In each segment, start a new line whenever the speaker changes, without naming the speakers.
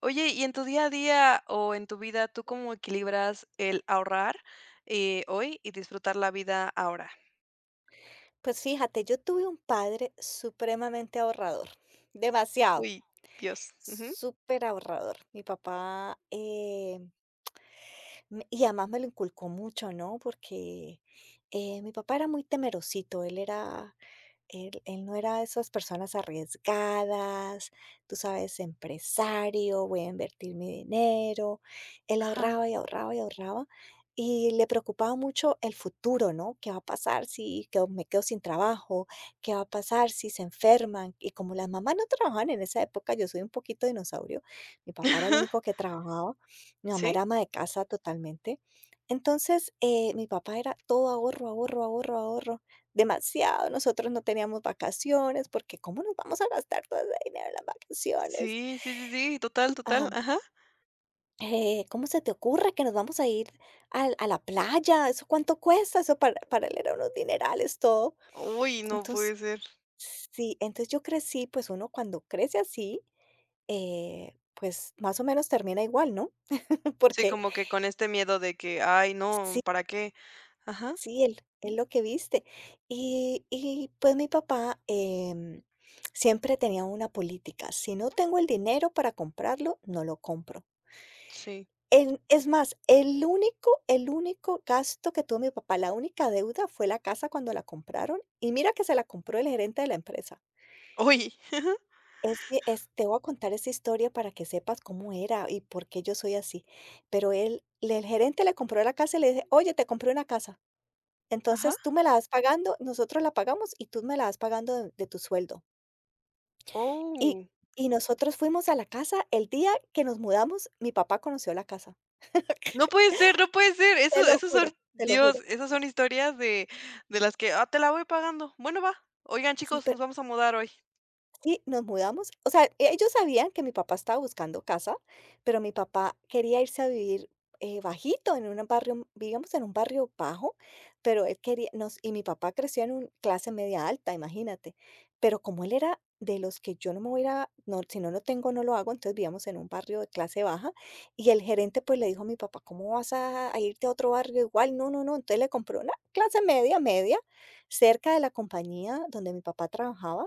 Oye, y en tu día a día o en tu vida, ¿tú cómo equilibras el ahorrar, hoy y disfrutar la vida ahora?
Pues fíjate, yo tuve un padre supremamente ahorrador, demasiado,
Uy, Dios. Ujú.
súper ahorrador. Mi papá, y además me lo inculcó mucho, ¿no? Porque mi papá era muy temerosito, él no era de esas personas arriesgadas, tú sabes, empresario, voy a invertir mi dinero. Él
Ajá.
ahorraba y ahorraba y ahorraba, y le preocupaba mucho el futuro, ¿no? ¿Qué va a pasar si quedo me quedo sin trabajo? ¿Qué va a pasar si se enferman? Y como las mamás no trabajaban en esa época, yo soy un poquito dinosaurio, mi papá era el único que trabajaba, mi mamá
¿Sí?
era ama de casa totalmente. Entonces, mi papá era todo ahorro, ahorro, ahorro, ahorro. Demasiado, nosotros no teníamos vacaciones, porque ¿cómo nos vamos a gastar todo ese dinero en las vacaciones?
Sí, sí, sí, sí, total, total,
Ajá,
ajá.
¿cómo se te ocurre que nos vamos a ir al a la playa? ¿Eso cuánto cuesta? Eso para él eran unos dinerales todo.
Uy, no
Entonces
puede ser.
sí, entonces yo crecí, pues uno cuando crece así, pues más o menos termina igual, ¿no?
Sí,
Porque
como que con este miedo de que: "Ay, no, ¿para qué?". Ajá,
sí, él lo que viste. Y, pues, mi papá, siempre tenía una política, si no tengo el dinero para comprarlo, no lo compro.
sí.
En es más, el único gasto que tuvo mi papá, la única deuda fue la casa cuando la compraron, y mira que se la compró el gerente de la empresa.
Uy.
Es te voy a contar esa historia para que sepas cómo era y por qué yo soy así. Pero él le el gerente le compró la casa y le dije: "Oye, te compré una casa".
Ajá.
Entonces, tú me la vas pagando, nosotros la pagamos y tú me la vas pagando de tu sueldo. Y
Oh,
y nosotros fuimos a la casa el día que nos mudamos, mi papá conoció la casa.
no puede ser, no puede ser.
Te
Eso
lo
esos son
juro, te lo
Dios,
juro.
esas son historias de las que: "Ah, te la voy pagando. Bueno, va. Oigan,
Sí,
chicos, nos
pero
vamos a mudar hoy".
sí, nos mudamos. O sea, ellos sabían que mi papá estaba buscando casa, pero mi papá quería irse a vivir bajito, en un barrio, digamos, en un barrio bajo, pero él quería, nos, y mi papá creció en una clase media alta, imagínate. Pero como él era de los que yo no me voy a, no, si no lo tengo, no lo hago, entonces vivíamos en un barrio de clase baja, y el gerente pues le dijo a mi papá, ¿cómo vas a irte a otro barrio igual? No, no, no. Entonces le compró una clase media, media, cerca de la compañía donde mi papá trabajaba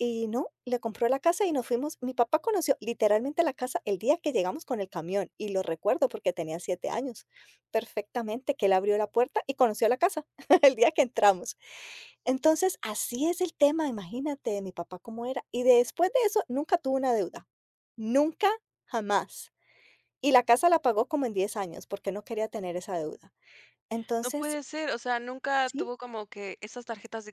y no, le compró la casa y nos fuimos. Mi papá conoció literalmente la casa el día que llegamos con el camión y lo recuerdo porque tenía 7 años perfectamente que él abrió la puerta y conoció la casa el día que entramos. Entonces, así es el tema, imagínate mi papá cómo era. Y después de eso, nunca tuvo una deuda, nunca, jamás. Y la casa la pagó como en 10 años porque no quería tener esa deuda.
No
Entonces,
puede ser, o sea, nunca
sí,
tuvo como que esas tarjetas de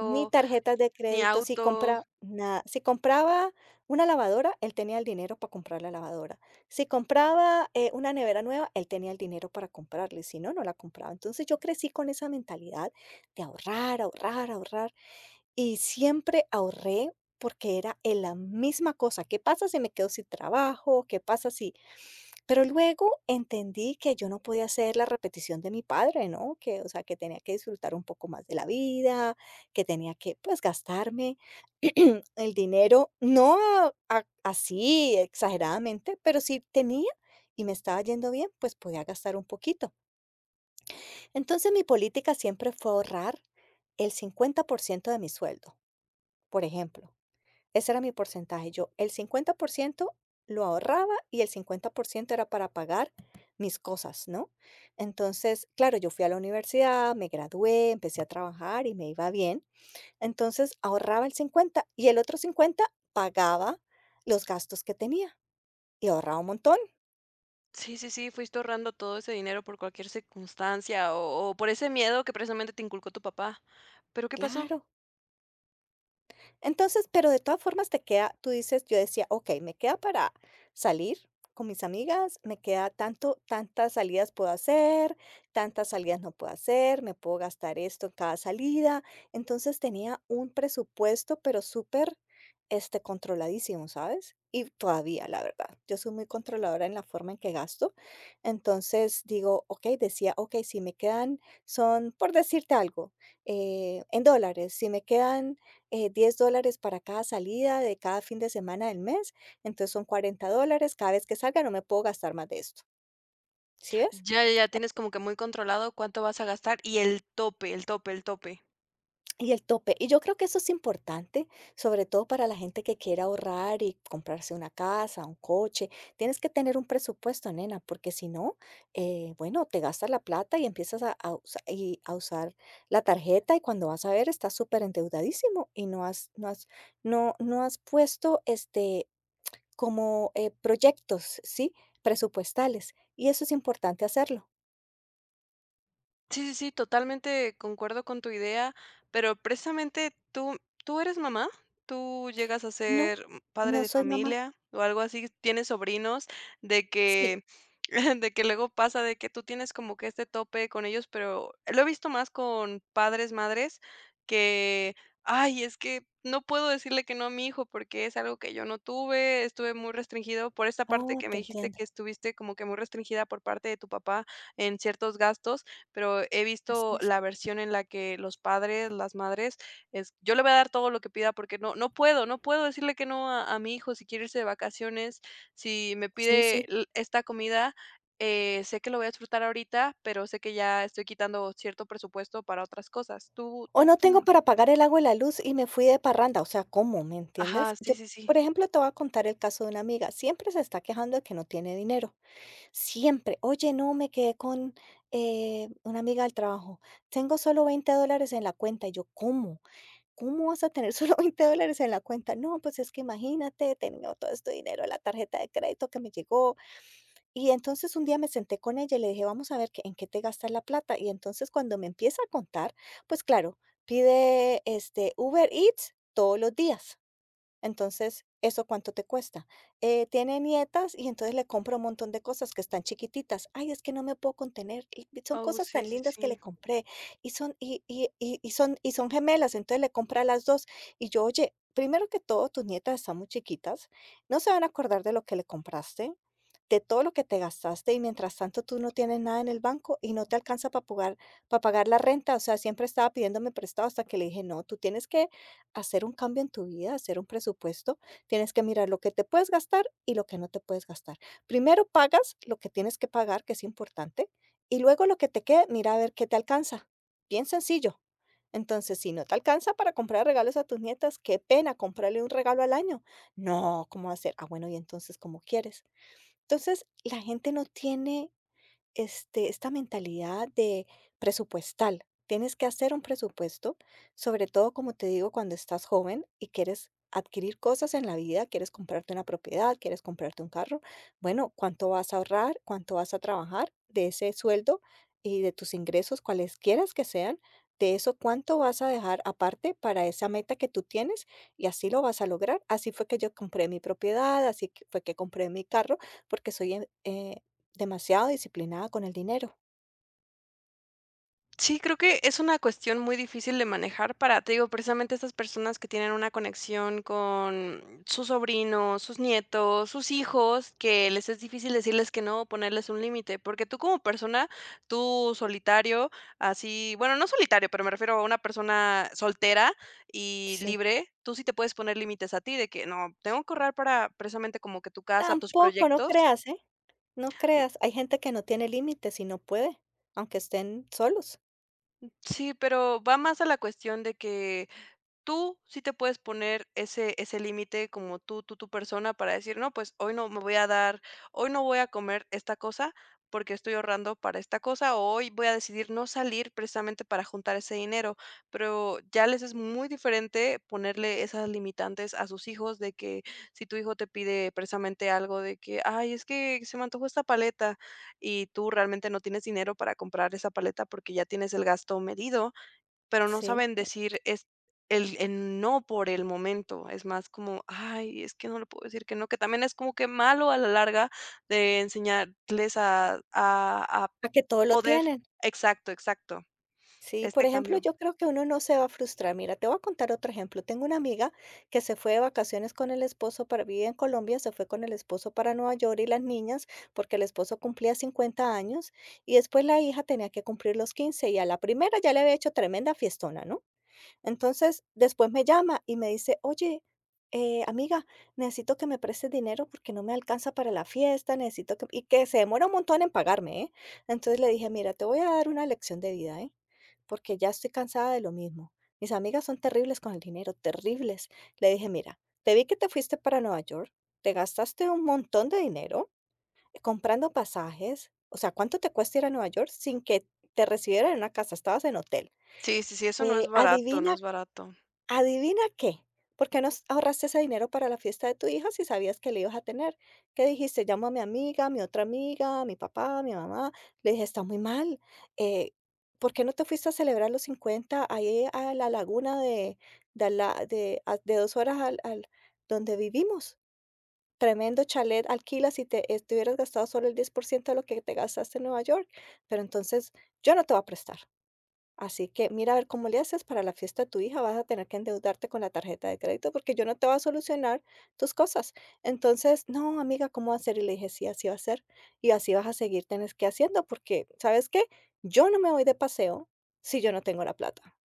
ni tarjetas de
ni
crédito, si
auto.
compra nada. Si compraba una lavadora, él tenía el dinero para comprar la lavadora. Si compraba, una nevera nueva, él tenía el dinero para comprarla, y si no, no la compraba. Entonces, yo crecí con esa mentalidad de ahorrar, ahorrar, ahorrar, y siempre ahorré porque era en la misma cosa, ¿qué pasa si me quedo sin trabajo? ¿Qué pasa si pero luego entendí que yo no podía hacer la repetición de mi padre, ¿no? Que, o sea, que tenía que disfrutar un poco más de la vida, que tenía que, pues, gastarme el dinero, no así exageradamente, pero si tenía y me estaba yendo bien, pues podía gastar un poquito. Entonces mi política siempre fue ahorrar el 50% de mi sueldo, por ejemplo. Ese era mi porcentaje. Yo el 50% lo ahorraba y el 50% era para pagar mis cosas, ¿no? Entonces, claro, yo fui a la universidad, me gradué, empecé a trabajar y me iba bien. Entonces, ahorraba el 50% y el otro 50% pagaba los gastos que tenía y ahorraba un montón,
Sí, sí, sí, fuiste ahorrando todo ese dinero por cualquier circunstancia o por ese miedo que precisamente te inculcó tu papá. Pero ¿qué pasó?
claro. Entonces, pero de todas formas te queda, tú dices, yo decía, ok, me queda para salir con mis amigas, me queda tanto, tantas salidas puedo hacer, tantas salidas no puedo hacer, me puedo gastar esto en cada salida. Entonces tenía un presupuesto, pero súper, controladísimo, ¿sabes? Y todavía, la verdad, yo soy muy controladora en la forma en que gasto. Entonces digo, ok, decía, ok, si me quedan, son, por decirte algo, en dólares, si me quedan 10 dólares para cada salida de cada fin de semana del mes, entonces son $40, cada vez que salga no me puedo gastar más de esto, ¿sí ves?
Ya, ya, ya tienes como que muy controlado cuánto vas a gastar y el tope, el tope, el tope.
Y el tope, y yo creo que eso es importante, sobre todo para la gente que quiere ahorrar y comprarse una casa, un coche, tienes que tener un presupuesto, nena, porque si no, bueno, te gastas la plata y empiezas a, a usar la tarjeta y cuando vas a ver estás súper endeudadísimo y no has puesto como, proyectos, ¿sí?, presupuestales, y eso es importante hacerlo.
Sí, sí, sí, totalmente concuerdo con tu idea, pero precisamente tú, ¿tú eres mamá? ¿Tú llegas a
No,
ser mm, padre
no
de
soy mamá.
familia o algo así? ¿Tienes sobrinos de
Sí.
que, de que luego pasa de que tú tienes como que este tope con ellos, pero lo he visto más con padres, madres, que, ay, es que no puedo decirle que no a mi hijo porque es algo que yo no tuve, estuve muy restringido por esta parte
Oh,
que me
te
dijiste
entiendo.
que estuviste como que muy restringida por parte de tu papá en ciertos gastos, pero he
Así
visto
es.
la versión en la que los padres, las madres, es: "Yo le voy a dar todo lo que pida porque no puedo, no puedo decirle que no a mi hijo si quiere irse de vacaciones, si me
Sí,
pide
sí.
l esta comida, sé que lo voy a disfrutar ahorita, pero sé que ya estoy quitando cierto presupuesto para otras cosas". Tú
O
tú,
no
mm,
tengo para pagar el agua y la luz y me fui de parranda, o sea, ¿cómo?, ¿me
ajá,
entiendes?
sí,
Yo,
sí, sí.
por ejemplo, te voy a contar el caso de una amiga, siempre se está quejando de que no tiene dinero, siempre. Oye, no, me quedé con, una amiga del trabajo, tengo solo $20 en la cuenta, y yo, ¿cómo? ¿Cómo vas a tener solo $20 en la cuenta? No, pues es que imagínate, tenía todo este dinero en la tarjeta de crédito que me llegó. Y entonces un día me senté con ella y le dije, vamos a ver en qué te gastas la plata. Y entonces cuando me empieza a contar, pues claro, pide este Uber Eats todos los días. Entonces, ¿eso cuánto te cuesta? Tiene nietas y entonces le compro un montón de cosas que están chiquititas. Ay, es que no me puedo contener, y son
Oh,
cosas
sí,
tan
sí,
lindas que le
sí.
compré y son gemelas, entonces le compra a las dos. Y yo, oye, primero que todo, tus nietas están muy chiquitas, no se van a acordar de lo que le compraste, de todo lo que te gastaste y mientras tanto tú no tienes nada en el banco y no te alcanza para pagar la renta. O sea, siempre estaba pidiéndome prestado hasta que le dije, no, tú tienes que hacer un cambio en tu vida, hacer un presupuesto, tienes que mirar lo que te puedes gastar y lo que no te puedes gastar. Primero pagas lo que tienes que pagar, que es importante, y luego lo que te quede, mira a ver qué te alcanza. Bien sencillo. Entonces, si no te alcanza para comprar regalos a tus nietas, qué pena comprarle un regalo al año. No, ¿cómo hacer? Ah, bueno, y entonces, ¿cómo quieres? Entonces, la gente no tiene esta mentalidad de presupuestal. Tienes que hacer un presupuesto, sobre todo, como te digo, cuando estás joven y quieres adquirir cosas en la vida, quieres comprarte una propiedad, quieres comprarte un carro. Bueno, ¿cuánto vas a ahorrar? ¿Cuánto vas a trabajar de ese sueldo y de tus ingresos, cualesquieras que sean? De eso, ¿cuánto vas a dejar aparte para esa meta que tú tienes? Y así lo vas a lograr. Así fue que yo compré mi propiedad, así que fue que compré mi carro, porque soy demasiado disciplinada con el dinero.
Sí, creo que es una cuestión muy difícil de manejar para, te digo, precisamente estas personas que tienen una conexión con sus sobrinos, sus nietos, sus hijos, que les es difícil decirles que no, ponerles un límite, porque tú como persona, tú solitario, así, bueno, no solitario, pero me refiero a una persona soltera y
Sí.
libre, tú sí te puedes poner límites a ti de que no, tengo que ahorrar para precisamente como que tu casa, tus
Tampoco, no
proyectos.
creas, ¿eh? No creas. Hay gente que no tiene límites y no puede, aunque estén solos.
Sí, pero va más a la cuestión de que tú sí te puedes poner ese límite como tú tu persona para decir: "No, pues hoy no me voy a dar, hoy no voy a comer esta cosa porque estoy ahorrando para esta cosa", o "Hoy voy a decidir no salir precisamente para juntar ese dinero", pero ya les es muy diferente ponerle esas limitantes a sus hijos de que si tu hijo te pide precisamente algo de que: "Ay, es que se me antojó esta paleta", y tú realmente no tienes dinero para comprar esa paleta porque ya tienes el gasto medido, pero no
Sí,
saben decir
correcto.
es el no por el momento, es más como: "Ay, es que no le puedo decir que no", que también es como que malo a la larga de enseñarles a
A que todo lo
poder,
tienen.
exacto, exacto,
Sí, por
este
ejemplo,
cambio.
yo creo que uno no se va a frustrar. Mira, te voy a contar otro ejemplo. Tengo una amiga que se fue de vacaciones con el esposo para vivir en Colombia, se fue con el esposo para Nueva York y las niñas, porque el esposo cumplía 50 años y después la hija tenía que cumplir los 15 y a la primera ya le había hecho tremenda fiestona, ¿no? Entonces, después me llama y me dice: "Oye, amiga, necesito que me prestes dinero porque no me alcanza para la fiesta, necesito que" y que se demora un montón en pagarme, ¿eh? Entonces le dije: "Mira, te voy a dar una lección de vida, ¿eh? Porque ya estoy cansada de lo mismo. Mis amigas son terribles con el dinero, terribles". Le dije: "Mira, te vi que te fuiste para Nueva York, te gastaste un montón de dinero comprando pasajes, o sea, ¿cuánto te cuesta ir a Nueva York sin que te recibieran en una casa? Estabas en hotel.
Sí, sí, sí, eso no es
Eh,
barato, no
adivina
es barato.
¿Adivina qué? ¿Por qué no s ahorraste ese dinero para la fiesta de tu hija si sabías que le ibas a tener? ¿Qué dijiste? Llamo a mi amiga, a mi otra amiga, a mi papá, a mi mamá. Le dije: "Está muy mal, eh, ¿por qué no te fuiste a celebrar los 50 ahí a la laguna de la de a de 2 horas al donde vivimos? Tremendo chalet alquilas y te hubieras gastado solo el 10% de lo que te gastaste en Nueva York, pero entonces yo no te voy a prestar". Así que mira a ver cómo le haces para la fiesta de tu hija, vas a tener que endeudarte con la tarjeta de crédito porque yo no te voy a solucionar tus cosas. Entonces, no, amiga, ¿cómo va a ser? Y le dije, sí, así va a ser. Y así vas a seguir tenés que haciendo porque, ¿sabes qué? Yo no me voy de paseo si yo no tengo la plata,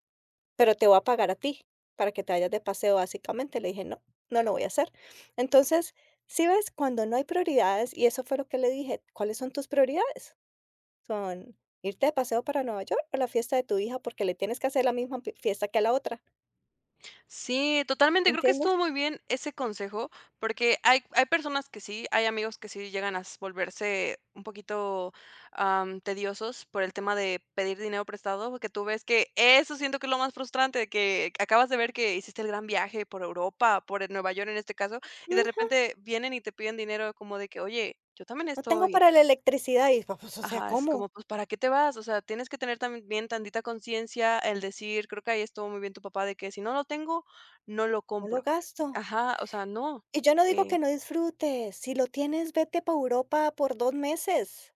pero te voy a pagar a ti para que te vayas de paseo, básicamente. Le dije, no, no lo voy a hacer. Entonces, si ves, cuando no hay prioridades, y eso fue lo que le dije, ¿cuáles son tus prioridades? Son irte de paseo para Nueva York o la fiesta de tu hija, porque le tienes que hacer la misma pi fiesta que a la otra,
Sí, totalmente, creo que
¿entiendes?
estuvo muy bien ese consejo, porque hay personas que sí, hay amigos que sí llegan a s volverse un poquito, am, tediosos por el tema de pedir dinero prestado, porque tú ves que eso siento que es lo más frustrante, que acabas de ver que hiciste el gran viaje por Europa, por, Nueva York en este caso, y de
Ujú.
repente vienen y te piden dinero como de que: "Oye, yo también
No tengo
estoy".
para la electricidad, y pues, o sea,
Ajá, es
¿cómo?
como, pues, ¿para qué te vas? O sea, tienes que tener también tantita conciencia, el decir, creo que ahí estuvo muy bien tu papá, de que si no lo tengo, no lo
No lo
compro.
gasto.
Ajá, o sea, no.
Y yo no digo
Eh,
que no disfrutes, si lo tienes, vete para Europa por 2 meses.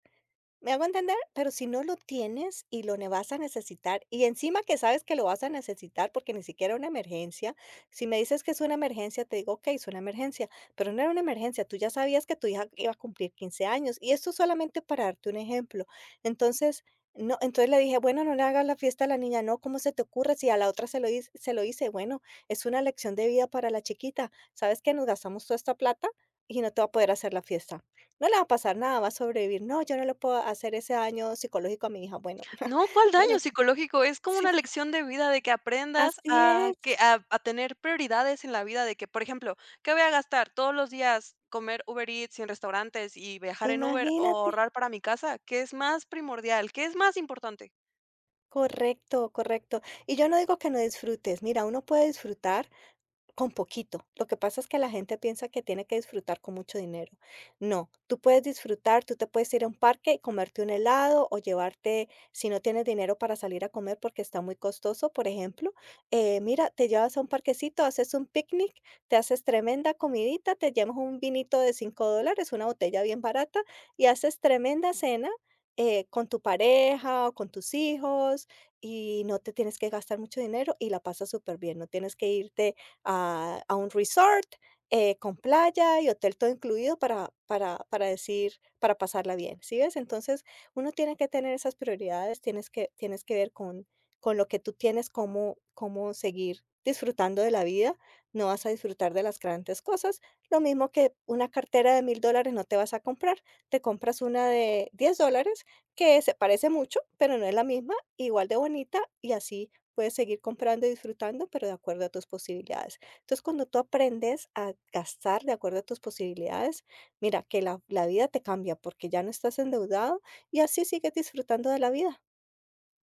¿Me hago entender? Pero si no lo tienes y lo ne vas a necesitar, y encima que sabes que lo vas a necesitar porque ni siquiera una emergencia, si me dices que es una emergencia, te digo, okey, es una emergencia, pero no era una emergencia, tú ya sabías que tu hija iba a cumplir 15 años, y esto solamente para darte un ejemplo. Entonces, no entonces le dije: "Bueno, no le hagas la fiesta a la niña", "No, ¿cómo se te ocurre?, si a la otra se lo hice", "Bueno, es una lección de vida para la chiquita, ¿sabes que nos gastamos toda esta plata y no te va a poder hacer la fiesta". No le va a pasar nada, va a sobrevivir. No, yo no le puedo hacer ese daño psicológico a mi hija. Bueno,
no, ¿cuál
yo
daño
no sé.
psicológico? Es como
Sí,
una lección de vida de que aprendas
así
a que
es,
a tener prioridades en la vida, de que, por ejemplo, ¿qué voy a gastar? ¿Todos los días comer Uber Eats y en restaurantes y viajar en Uber o
imagínate.
ahorrar para mi casa? ¿Qué es más primordial? ¿Qué es más importante?
Correcto, correcto. Y yo no digo que no disfrutes. Mira, uno puede disfrutar con poquito. Lo que pasa es que la gente piensa que tiene que disfrutar con mucho dinero. No, tú puedes disfrutar, tú te puedes ir a un parque y comerte un helado o llevarte, si no tienes dinero para salir a comer porque está muy costoso, por ejemplo, mira, te llevas a un parquecito, haces un picnic, te haces tremenda comidita, te llevas un vinito de $5, una botella bien barata y haces tremenda cena con tu pareja o con tus hijos y no te tienes que gastar mucho dinero y la pasas súper bien, no tienes que irte a un resort con playa y hotel todo incluido para decir, para pasarla bien, ¿sí ves? Entonces, uno tiene que tener esas prioridades, tienes que ver con lo que tú tienes, cómo seguir disfrutando de la vida, no vas a disfrutar de las grandes cosas, lo mismo que una cartera de $1.000 no te vas a comprar, te compras una de $10 que se parece mucho, pero no es la misma, igual de bonita y así puedes seguir comprando y disfrutando, pero de acuerdo a tus posibilidades. Entonces, cuando tú aprendes a gastar de acuerdo a tus posibilidades, mira que la vida te cambia porque ya no estás endeudado y así sigues disfrutando de la vida.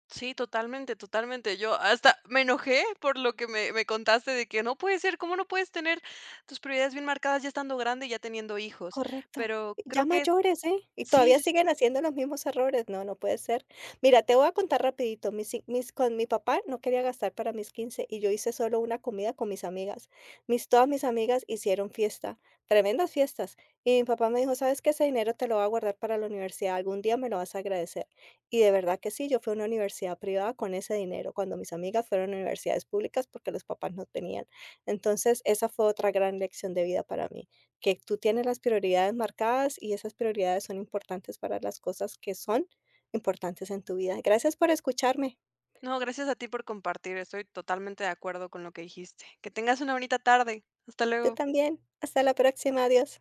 Sí, totalmente, totalmente. Yo hasta me enojé por lo que me contaste de que no puede ser, ¿cómo no puedes tener tus prioridades bien marcadas ya estando grande y ya teniendo hijos?
Correcto.
Pero creo
Ya
que
mayores, ¿eh? Y
sí,
todavía
sí,
siguen
sí.
haciendo los mismos errores. No, no puede ser. Mira, te voy a contar rapidito. Con mi papá no quería gastar para mis 15 y yo hice solo una comida con mis amigas. Todas mis amigas hicieron fiesta, tremendas fiestas. Y mi papá me dijo, ¿sabes qué? Ese dinero te lo voy a guardar para la universidad. Algún día me lo vas a agradecer. Y de verdad que sí, yo fui a una universidad privada con ese dinero cuando mis amigas fueron a universidades públicas porque los papás no tenían. Entonces, esa fue otra gran lección de vida para mí que tú tienes las prioridades marcadas y esas prioridades son importantes para las cosas que son importantes en tu vida. Gracias por escucharme.
No, gracias a ti por compartir. Estoy totalmente de acuerdo con lo que dijiste. Que tengas una bonita tarde. Hasta
Tú
luego.
también. Hasta la próxima. Adiós.